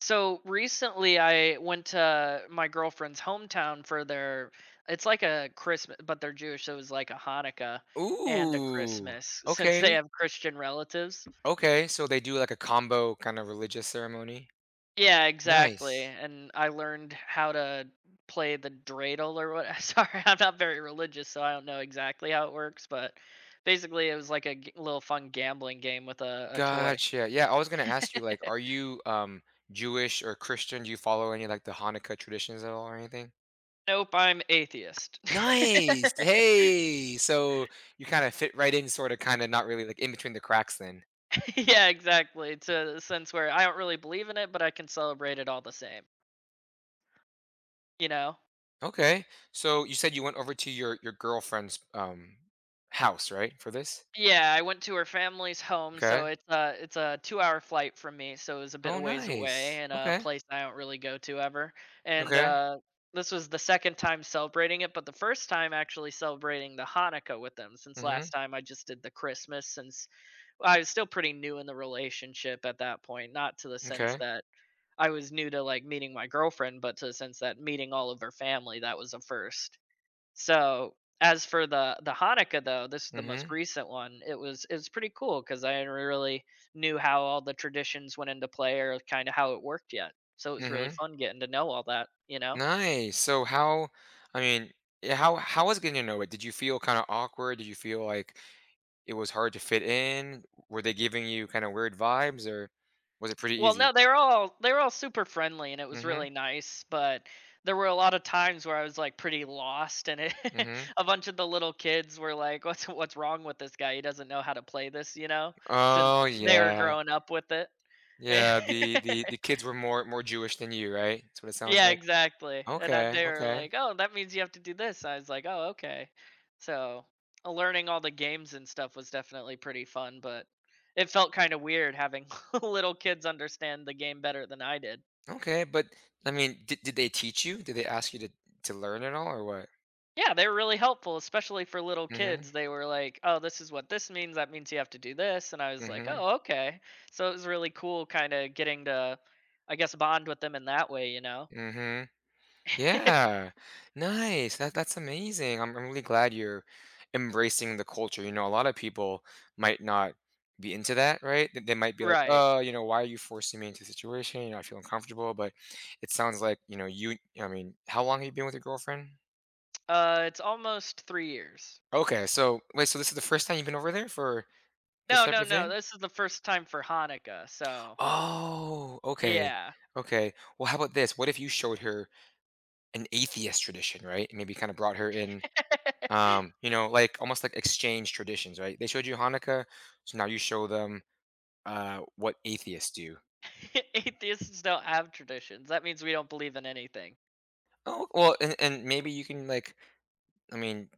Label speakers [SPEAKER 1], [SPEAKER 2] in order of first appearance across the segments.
[SPEAKER 1] So recently, I went to my girlfriend's hometown for their. It's like a Christmas, but they're Jewish, so it was like a Hanukkah and a
[SPEAKER 2] Ooh,
[SPEAKER 1] Christmas since they
[SPEAKER 2] okay.
[SPEAKER 1] have Christian relatives.
[SPEAKER 2] Okay, so they do like a combo kind of religious ceremony.
[SPEAKER 1] Yeah, exactly.
[SPEAKER 2] Nice.
[SPEAKER 1] And I learned how to play the dreidel or what. Sorry, I'm not very religious, so I don't know exactly how it works, but basically, it was like a little fun gambling game with a toy.
[SPEAKER 2] Gotcha. Yeah, I was gonna ask you, like, are you Jewish or Christian? Do you follow any like the Hanukkah traditions at all or anything?
[SPEAKER 1] Nope, I'm atheist.
[SPEAKER 2] Nice. Hey, so you kind of fit right in, sort of, kind of, not really like in between the cracks then.
[SPEAKER 1] Yeah, exactly. To the sense where I don't really believe in it, but I can celebrate it all the same. You know?
[SPEAKER 2] Okay. So you said you went over to your girlfriend's house, right, for this?
[SPEAKER 1] Yeah, I went to her family's home,
[SPEAKER 2] Okay.
[SPEAKER 1] so it's a 2 hour flight from me, so it was a bit
[SPEAKER 2] Oh,
[SPEAKER 1] of ways away
[SPEAKER 2] nice.
[SPEAKER 1] and a
[SPEAKER 2] Okay.
[SPEAKER 1] place I don't really go to ever. And
[SPEAKER 2] Okay.
[SPEAKER 1] this was the second time celebrating it, but the first time actually celebrating the Hanukkah with them. Since last
[SPEAKER 2] Mm-hmm.
[SPEAKER 1] time I just did the Christmas, since well, I was still pretty new in the relationship at that point, not to the sense
[SPEAKER 2] Okay.
[SPEAKER 1] that I was new to like meeting my girlfriend, but to since that meeting all of her family, that was a first. So as for the Hanukkah though, this is the most
[SPEAKER 2] Mm-hmm.
[SPEAKER 1] recent one. It was pretty cool because I really knew how all the traditions went into play or kind of how it worked yet. So it was really
[SPEAKER 2] Mhm.
[SPEAKER 1] fun getting to know all that.
[SPEAKER 2] Nice. So I mean, yeah, how was getting to know it? Did you feel kind of awkward? Did you feel like it was hard to fit in? Were they giving you kind of weird vibes or was it pretty
[SPEAKER 1] Well,
[SPEAKER 2] easy?
[SPEAKER 1] no, they were all super friendly and it was really
[SPEAKER 2] Mhm.
[SPEAKER 1] nice, but there were a lot of times where I was like pretty lost and it,
[SPEAKER 2] Mhm.
[SPEAKER 1] a bunch of the little kids were like, "What's wrong with this guy? He doesn't know how to play this, you know?" Since
[SPEAKER 2] Oh
[SPEAKER 1] they were
[SPEAKER 2] yeah.
[SPEAKER 1] growing up with it.
[SPEAKER 2] Yeah, the kids were more Jewish than you, right? That's what it sounds
[SPEAKER 1] Yeah,
[SPEAKER 2] like.
[SPEAKER 1] exactly. And I,
[SPEAKER 2] Okay,
[SPEAKER 1] they were
[SPEAKER 2] okay.
[SPEAKER 1] like, "Oh, that means you have to do this." I was like, "Oh, okay." So, learning all the games and stuff was definitely pretty fun, but it felt kind of weird having little kids understand the game better than I did.
[SPEAKER 2] Okay, but I mean, did they teach you? Did they ask you to learn it all or what?
[SPEAKER 1] Yeah, they were really helpful, especially for little
[SPEAKER 2] Mhm.
[SPEAKER 1] kids. They were like, "Oh, this is what this means. That means you have to do this." And I was like,
[SPEAKER 2] Mhm.
[SPEAKER 1] "Oh, okay." So it was really cool kind of getting to, I guess, bond with them in that way, you know.
[SPEAKER 2] Mhm. Yeah, nice. That's amazing. I'm really glad you're embracing the culture. You know, a lot of people might not be into that, right? They might be like,
[SPEAKER 1] Right.
[SPEAKER 2] "Oh, you know, why are you forcing me into a situation? You know, I feel uncomfortable." But it sounds like, how long have you been with your girlfriend?
[SPEAKER 1] It's almost 3 years.
[SPEAKER 2] Okay, so wait, so this is the first time you've been over there for this
[SPEAKER 1] No,
[SPEAKER 2] type
[SPEAKER 1] no,
[SPEAKER 2] of
[SPEAKER 1] no.
[SPEAKER 2] thing?
[SPEAKER 1] This is the first time for Hanukkah, so
[SPEAKER 2] Oh, okay.
[SPEAKER 1] yeah.
[SPEAKER 2] Okay. Well, how about this? What if you showed her an atheist tradition, right? And maybe kind of brought her in you know, like almost like exchange traditions, right? They showed you Hanukkah, so now you show them what atheists do.
[SPEAKER 1] Atheists don't have traditions. That means we don't believe in anything.
[SPEAKER 2] Oh well, and maybe you can like, i mean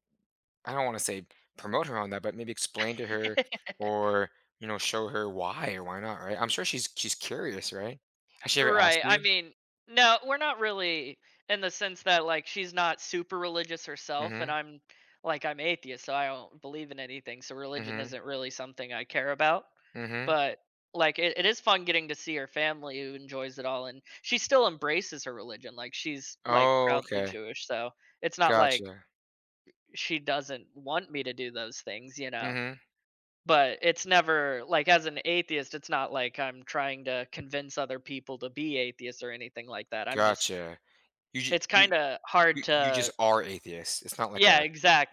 [SPEAKER 2] I don't want to say promote her on that, but maybe explain to her, or you know, show her why or why not, right? I'm sure she's curious, right? Has she ever asked
[SPEAKER 1] Right. I
[SPEAKER 2] you?
[SPEAKER 1] mean, no, we're not really in the sense that like she's not super religious herself, and
[SPEAKER 2] Mm-hmm.
[SPEAKER 1] I'm like I'm atheist, so I don't believe in anything. So religion
[SPEAKER 2] Mm-hmm.
[SPEAKER 1] isn't really something I care about.
[SPEAKER 2] Mm-hmm.
[SPEAKER 1] But like it is fun getting to see her family who enjoys it all, and she still embraces her religion. Like she's like
[SPEAKER 2] Oh,
[SPEAKER 1] proudly
[SPEAKER 2] okay.
[SPEAKER 1] Jewish, so it's not like
[SPEAKER 2] Gotcha.
[SPEAKER 1] she doesn't want me to do those things, you know.
[SPEAKER 2] Mm-hmm.
[SPEAKER 1] But it's never like, as an atheist, it's not like I'm trying to convince other people to be atheists or anything like that. I'm just,
[SPEAKER 2] Gotcha. you, ju-
[SPEAKER 1] it's
[SPEAKER 2] you
[SPEAKER 1] kind of
[SPEAKER 2] You
[SPEAKER 1] hard
[SPEAKER 2] you just
[SPEAKER 1] to,
[SPEAKER 2] are atheist. It's not like
[SPEAKER 1] yeah,
[SPEAKER 2] a—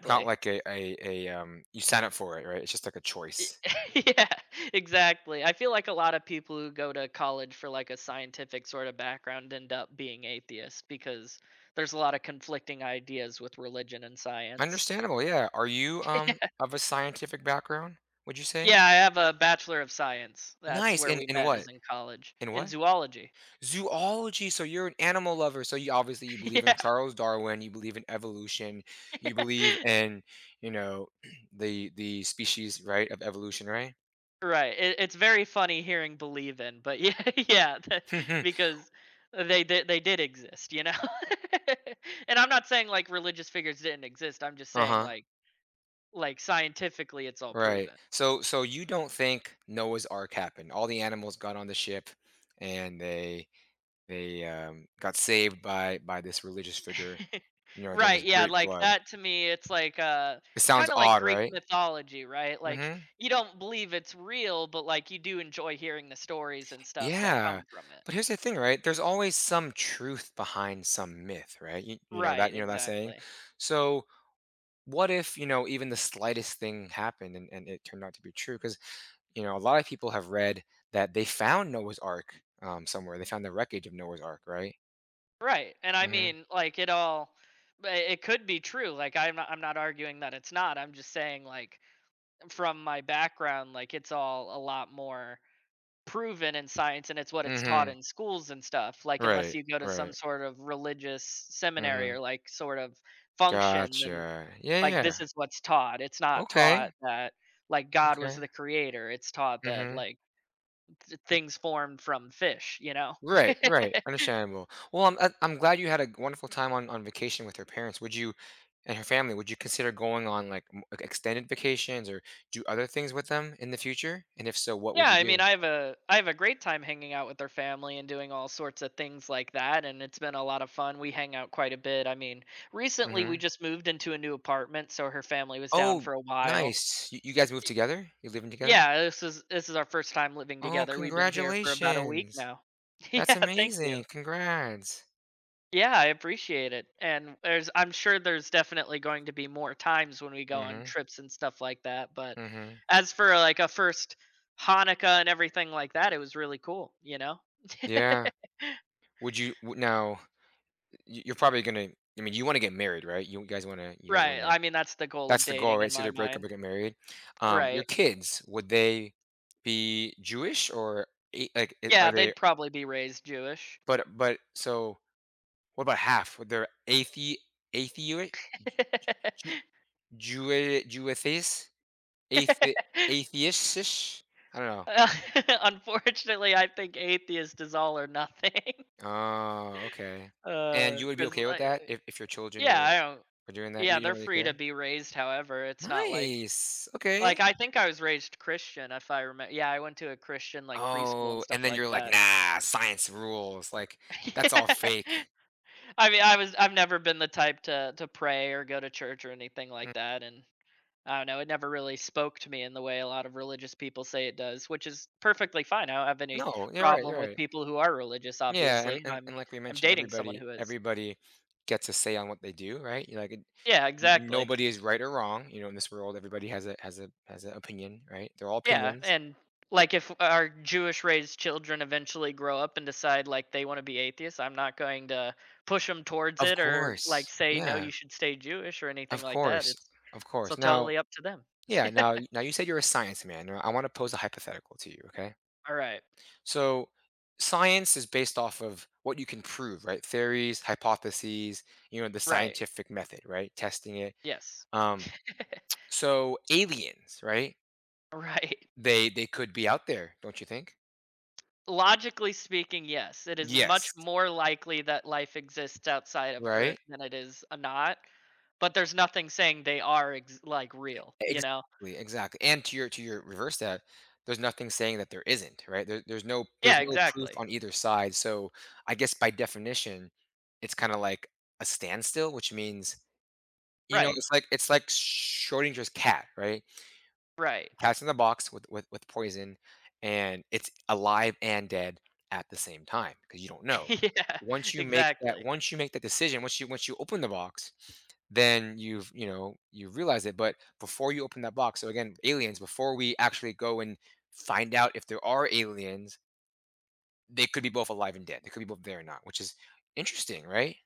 [SPEAKER 2] it's Right. not like a, you sign up for it, right? It's just like a choice.
[SPEAKER 1] Yeah, exactly. I feel like a lot of people who go to college for like a scientific sort of background end up being atheists because there's a lot of conflicting ideas with religion and science.
[SPEAKER 2] Understandable, yeah. Are you,
[SPEAKER 1] Yeah,
[SPEAKER 2] of a scientific background, would you say?
[SPEAKER 1] yeah. I have a bachelor of science. That's
[SPEAKER 2] Nice,
[SPEAKER 1] where we
[SPEAKER 2] in
[SPEAKER 1] met,
[SPEAKER 2] what?
[SPEAKER 1] is in college,
[SPEAKER 2] In
[SPEAKER 1] in
[SPEAKER 2] what?
[SPEAKER 1] zoology.
[SPEAKER 2] Zoology, so you're an animal lover, so you obviously you believe in
[SPEAKER 1] Yeah.
[SPEAKER 2] Charles Darwin, you believe in evolution, you believe in, you know, the species, right, of evolution, right?
[SPEAKER 1] Right. It, it's very funny hearing "believe in," but yeah, yeah, that, because they did exist, you know. And I'm not saying like religious figures didn't exist. I'm just saying
[SPEAKER 2] Uh-huh.
[SPEAKER 1] like scientifically, it's all
[SPEAKER 2] Right.
[SPEAKER 1] proven.
[SPEAKER 2] So so you don't think Noah's Ark happened. All the animals got on the ship and they got saved by this religious figure, you know, during
[SPEAKER 1] Right.
[SPEAKER 2] this
[SPEAKER 1] Yeah.
[SPEAKER 2] great
[SPEAKER 1] Like
[SPEAKER 2] flood.
[SPEAKER 1] that to me, it's like
[SPEAKER 2] It
[SPEAKER 1] it's
[SPEAKER 2] sounds
[SPEAKER 1] kind of like
[SPEAKER 2] odd,
[SPEAKER 1] Greek
[SPEAKER 2] right?
[SPEAKER 1] mythology, right? Like
[SPEAKER 2] Hmm.
[SPEAKER 1] you don't believe it's real, but like you do enjoy hearing the stories and stuff that
[SPEAKER 2] Yeah.
[SPEAKER 1] come from it.
[SPEAKER 2] But here's the thing, right? There's always some truth behind some myth, right?
[SPEAKER 1] Right.
[SPEAKER 2] You know that saying.
[SPEAKER 1] Exactly.
[SPEAKER 2] So what if, you know, even the slightest thing happened and it turned out to be true? Because you know, a lot of people have read that they found Noah's Ark somewhere. They found the wreckage of Noah's Ark, right?
[SPEAKER 1] Right. And I
[SPEAKER 2] Hmm.
[SPEAKER 1] mean, like it all, it could be true. Like I'm not arguing that it's not. I'm just saying like from my background, like it's all a lot more proven in science and it's what it's taught
[SPEAKER 2] Hmm.
[SPEAKER 1] in schools and stuff. Like unless
[SPEAKER 2] Right.
[SPEAKER 1] you go to some
[SPEAKER 2] Right.
[SPEAKER 1] sort of religious
[SPEAKER 2] mm
[SPEAKER 1] seminary
[SPEAKER 2] hmm
[SPEAKER 1] or like sort of function, then
[SPEAKER 2] Gotcha. Yeah.
[SPEAKER 1] like
[SPEAKER 2] Yeah. Yeah.
[SPEAKER 1] this is what's taught. It's not
[SPEAKER 2] Okay.
[SPEAKER 1] taught that like God was
[SPEAKER 2] Okay.
[SPEAKER 1] the creator. It's taught
[SPEAKER 2] mm
[SPEAKER 1] that
[SPEAKER 2] hmm
[SPEAKER 1] like things formed from fish, you know?
[SPEAKER 2] Right. Right. Understandable. Well, I'm glad you had a wonderful time on vacation with her parents. Would you and her family— would you consider going on like m- like, extended vacations or do other things with them in the future? And if so, what would
[SPEAKER 1] Yeah,
[SPEAKER 2] you
[SPEAKER 1] I mean,
[SPEAKER 2] do?
[SPEAKER 1] I have a great time hanging out with her family and doing all sorts of things like that, and it's been a lot of fun. We hang out quite a bit. I mean,
[SPEAKER 2] Mm
[SPEAKER 1] recently we
[SPEAKER 2] hmm
[SPEAKER 1] just moved into a new apartment, so her family was down
[SPEAKER 2] Oh,
[SPEAKER 1] for a while.
[SPEAKER 2] nice. You guys moved
[SPEAKER 1] Y-
[SPEAKER 2] together? You're living together?
[SPEAKER 1] Yeah, this is our first time living
[SPEAKER 2] Oh,
[SPEAKER 1] together. We've been here for about a week
[SPEAKER 2] congratulations.
[SPEAKER 1] now. Yeah,
[SPEAKER 2] That's
[SPEAKER 1] thank you.
[SPEAKER 2] amazing. Congrats.
[SPEAKER 1] Yeah, I appreciate it. And there's, I'm sure there's definitely going to be more times when we go on
[SPEAKER 2] Mhm,
[SPEAKER 1] trips and stuff like that, but
[SPEAKER 2] mhm.
[SPEAKER 1] as for like a first Hanukkah and everything like that, it was really cool, you know?
[SPEAKER 2] Yeah. Would you w now, y you're probably gonna I mean, You wanna get married, right? You guys wanna— you guys
[SPEAKER 1] Right,
[SPEAKER 2] wanna—
[SPEAKER 1] I mean, that's the goal of
[SPEAKER 2] that's the goal,
[SPEAKER 1] dating
[SPEAKER 2] right?
[SPEAKER 1] in
[SPEAKER 2] It's
[SPEAKER 1] my
[SPEAKER 2] either break up
[SPEAKER 1] mind.
[SPEAKER 2] or get married. Your
[SPEAKER 1] Right.
[SPEAKER 2] kids, would they be Jewish or a— like, I
[SPEAKER 1] Yeah,
[SPEAKER 2] are they
[SPEAKER 1] they'd probably be raised Jewish.
[SPEAKER 2] but so what about half? Would they're athe— atheist? Jew Jew Jew atheist? Athe— atheist-ish? I don't know.
[SPEAKER 1] Uh, Unfortunately, I think atheist is all or nothing,
[SPEAKER 2] Oh, okay. And you would be
[SPEAKER 1] 'cause
[SPEAKER 2] okay with
[SPEAKER 1] I,
[SPEAKER 2] that if your children
[SPEAKER 1] yeah, I don't,
[SPEAKER 2] were doing that? You,
[SPEAKER 1] yeah,
[SPEAKER 2] you don't
[SPEAKER 1] they're
[SPEAKER 2] really
[SPEAKER 1] free
[SPEAKER 2] care?
[SPEAKER 1] to be raised however, it's not like,
[SPEAKER 2] Nice.
[SPEAKER 1] like,
[SPEAKER 2] Okay.
[SPEAKER 1] I think I was raised Christian if I remember. Yeah, I went to a Christian, like, preschool and
[SPEAKER 2] Oh,
[SPEAKER 1] stuff
[SPEAKER 2] and then
[SPEAKER 1] like
[SPEAKER 2] you're like,
[SPEAKER 1] that.
[SPEAKER 2] nah, science rules. Like, that's all
[SPEAKER 1] Yeah.
[SPEAKER 2] fake.
[SPEAKER 1] I mean, I was, I've never been the type to pray or go to church or anything
[SPEAKER 2] Mm.
[SPEAKER 1] like that, and I don't know, it never really spoke to me in the way a lot of religious people say it does, which is perfectly fine. I don't have any
[SPEAKER 2] No, you're right,
[SPEAKER 1] problem
[SPEAKER 2] you're
[SPEAKER 1] with
[SPEAKER 2] right.
[SPEAKER 1] people who are religious,
[SPEAKER 2] Yeah, and,
[SPEAKER 1] obviously.
[SPEAKER 2] and,
[SPEAKER 1] I'm
[SPEAKER 2] and like we
[SPEAKER 1] I'm
[SPEAKER 2] mentioned,
[SPEAKER 1] dating someone
[SPEAKER 2] everybody
[SPEAKER 1] who is.
[SPEAKER 2] everybody gets a say on what they do, right? You're like it-
[SPEAKER 1] Yeah,
[SPEAKER 2] n-
[SPEAKER 1] exactly.
[SPEAKER 2] nobody is right or wrong. You know, in this world, everybody has a has a has an opinion, right? They're all
[SPEAKER 1] Yeah,
[SPEAKER 2] opinions.
[SPEAKER 1] and like if our Jewish raised children eventually grow up and decide like they want to be atheists, I'm not going to push them towards
[SPEAKER 2] Of
[SPEAKER 1] it or like
[SPEAKER 2] course.
[SPEAKER 1] say no
[SPEAKER 2] Yeah.
[SPEAKER 1] you should stay Jewish or anything
[SPEAKER 2] Of
[SPEAKER 1] like that.
[SPEAKER 2] course.
[SPEAKER 1] It's
[SPEAKER 2] Of
[SPEAKER 1] so
[SPEAKER 2] course. Now.
[SPEAKER 1] totally up to them.
[SPEAKER 2] Yeah, now now you said you're a science man. Now I want to pose a hypothetical to you, okay?
[SPEAKER 1] All right.
[SPEAKER 2] So science is based off of what you can prove, right? Theories, hypotheses, you know, the
[SPEAKER 1] Right.
[SPEAKER 2] scientific method, right? Testing it.
[SPEAKER 1] Yes.
[SPEAKER 2] Um so aliens, right?
[SPEAKER 1] Right.
[SPEAKER 2] They could be out there, don't you think?
[SPEAKER 1] Logically speaking, yes. It is much
[SPEAKER 2] Yes,
[SPEAKER 1] more likely that life exists outside of
[SPEAKER 2] right?
[SPEAKER 1] Earth than it is a not, but there's nothing saying they are like real, you know?
[SPEAKER 2] Exactly, exactly, and to your reverse that, there's nothing saying that there isn't, right? There, there's
[SPEAKER 1] Yeah,
[SPEAKER 2] no proof
[SPEAKER 1] exactly.
[SPEAKER 2] on either side, so I guess by definition, it's kind of like a standstill, which means you know
[SPEAKER 1] Right,
[SPEAKER 2] it's like Schrodinger's cat, right?
[SPEAKER 1] right.
[SPEAKER 2] Cast in the box with, with poison, and it's alive and dead at the same time because you don't know.
[SPEAKER 1] Yeah, exactly.
[SPEAKER 2] Once you make that decision, once you open the box, then you've, you know, you realize it. But before you open that box— so again, aliens, before we actually go and find out if there are aliens, they could be both alive and dead, they could be both there or not, which is interesting, right?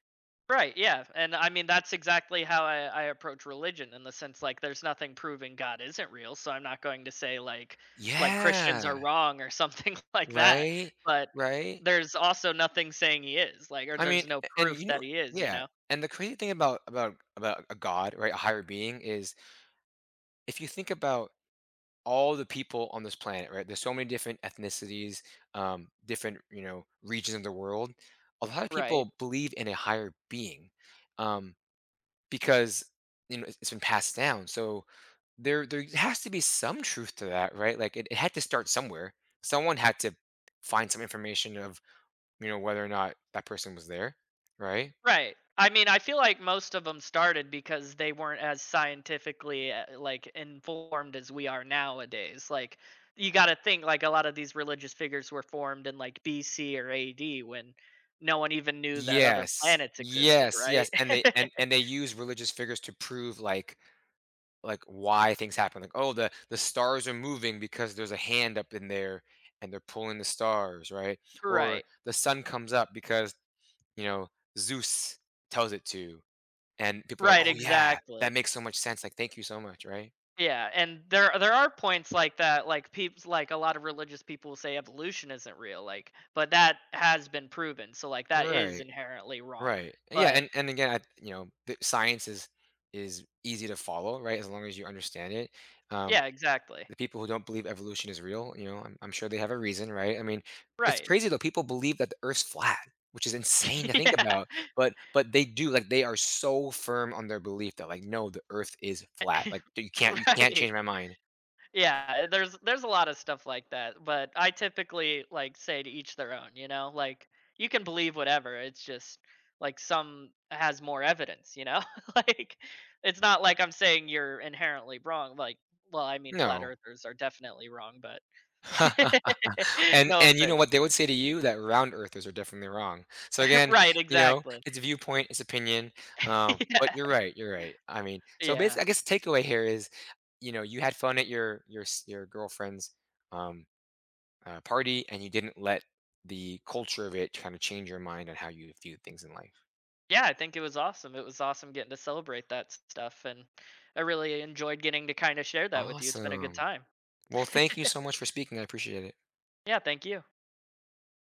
[SPEAKER 1] Right, yeah. And I mean, that's exactly how I approach religion in the sense like there's nothing proving God isn't real. So I'm not going to say like Christians are
[SPEAKER 2] Yeah,
[SPEAKER 1] wrong or something like that.
[SPEAKER 2] right,
[SPEAKER 1] But
[SPEAKER 2] right.
[SPEAKER 1] there's also nothing saying he is, like, or
[SPEAKER 2] I mean,
[SPEAKER 1] there's no
[SPEAKER 2] a— and
[SPEAKER 1] proof
[SPEAKER 2] you know,
[SPEAKER 1] that he is, you
[SPEAKER 2] yeah,
[SPEAKER 1] know?
[SPEAKER 2] and the crazy thing about about a god, right, a higher being, is if you think about all the people on this planet, right, there's so many different ethnicities, different, you know, regions of the world. A lot of
[SPEAKER 1] Right.
[SPEAKER 2] people believe in a higher being, um, because, you know, it's been passed down, so there has to be some truth to that, right? Like, it had to start somewhere. Someone had to find some information of, you know, whether or not that person was there, right?
[SPEAKER 1] Right. I mean, I feel like most of them started because they weren't as scientifically like informed as we are nowadays. Like you got to think like a lot of these religious figures were formed in like BC or AD when no one even knew that other
[SPEAKER 2] Yes,
[SPEAKER 1] planets existed,
[SPEAKER 2] yes,
[SPEAKER 1] right?
[SPEAKER 2] yes, and they use religious figures to prove like why things happen. Like, oh, the stars are moving because there's a hand up in there and they're pulling the stars, right? Or
[SPEAKER 1] Right.
[SPEAKER 2] the sun comes up because, you know, Zeus tells it to, and people are like,
[SPEAKER 1] Right,
[SPEAKER 2] oh yeah, that
[SPEAKER 1] exactly.
[SPEAKER 2] makes so much sense. Like, thank you so much, right?
[SPEAKER 1] Yeah, and there are points like that like people, like a lot of religious people say evolution isn't real like, but that has been proven. So like that is
[SPEAKER 2] Right,
[SPEAKER 1] inherently wrong.
[SPEAKER 2] right, yeah,
[SPEAKER 1] But
[SPEAKER 2] and again, I, you know, the science is easy to follow, right? As long as you understand it. Um,
[SPEAKER 1] yeah, exactly.
[SPEAKER 2] the people who don't believe evolution is real, you know, I'm sure they have a reason, right? I mean, it's
[SPEAKER 1] Right.
[SPEAKER 2] crazy though. People believe that the Earth's flat, which is insane to think
[SPEAKER 1] Yeah.
[SPEAKER 2] about. But they do, like, they are so firm on their belief that like no, the Earth is flat. Like you can't
[SPEAKER 1] Right.
[SPEAKER 2] change my mind.
[SPEAKER 1] Yeah, there's a lot of stuff like that, but I typically, like, say to each their own, you know? Like, you can believe whatever, it's just, like, some has more evidence, you know? Like, it's not like I'm saying you're inherently wrong, like well, I mean, flat
[SPEAKER 2] No.
[SPEAKER 1] earthers are definitely wrong, but no
[SPEAKER 2] And you know
[SPEAKER 1] offense.
[SPEAKER 2] what they would say to you? That round earthers are definitely wrong. So again,
[SPEAKER 1] Right,
[SPEAKER 2] you know,
[SPEAKER 1] exactly.
[SPEAKER 2] it's viewpoint, it's opinion.
[SPEAKER 1] Yeah,
[SPEAKER 2] But you're right, you're right. I mean, so
[SPEAKER 1] yeah.
[SPEAKER 2] basically, I guess the takeaway here is, you know, you had fun at your s- your girlfriend's um, party, and you didn't let the culture of it kind of change your mind on how you view things in life.
[SPEAKER 1] Yeah, I think it was awesome. It was awesome getting to celebrate that stuff, and I really enjoyed getting to kind of share that with you. It's been a good
[SPEAKER 2] Awesome.
[SPEAKER 1] time.
[SPEAKER 2] Well, thank you so much for speaking. I appreciate it.
[SPEAKER 1] Yeah, thank you.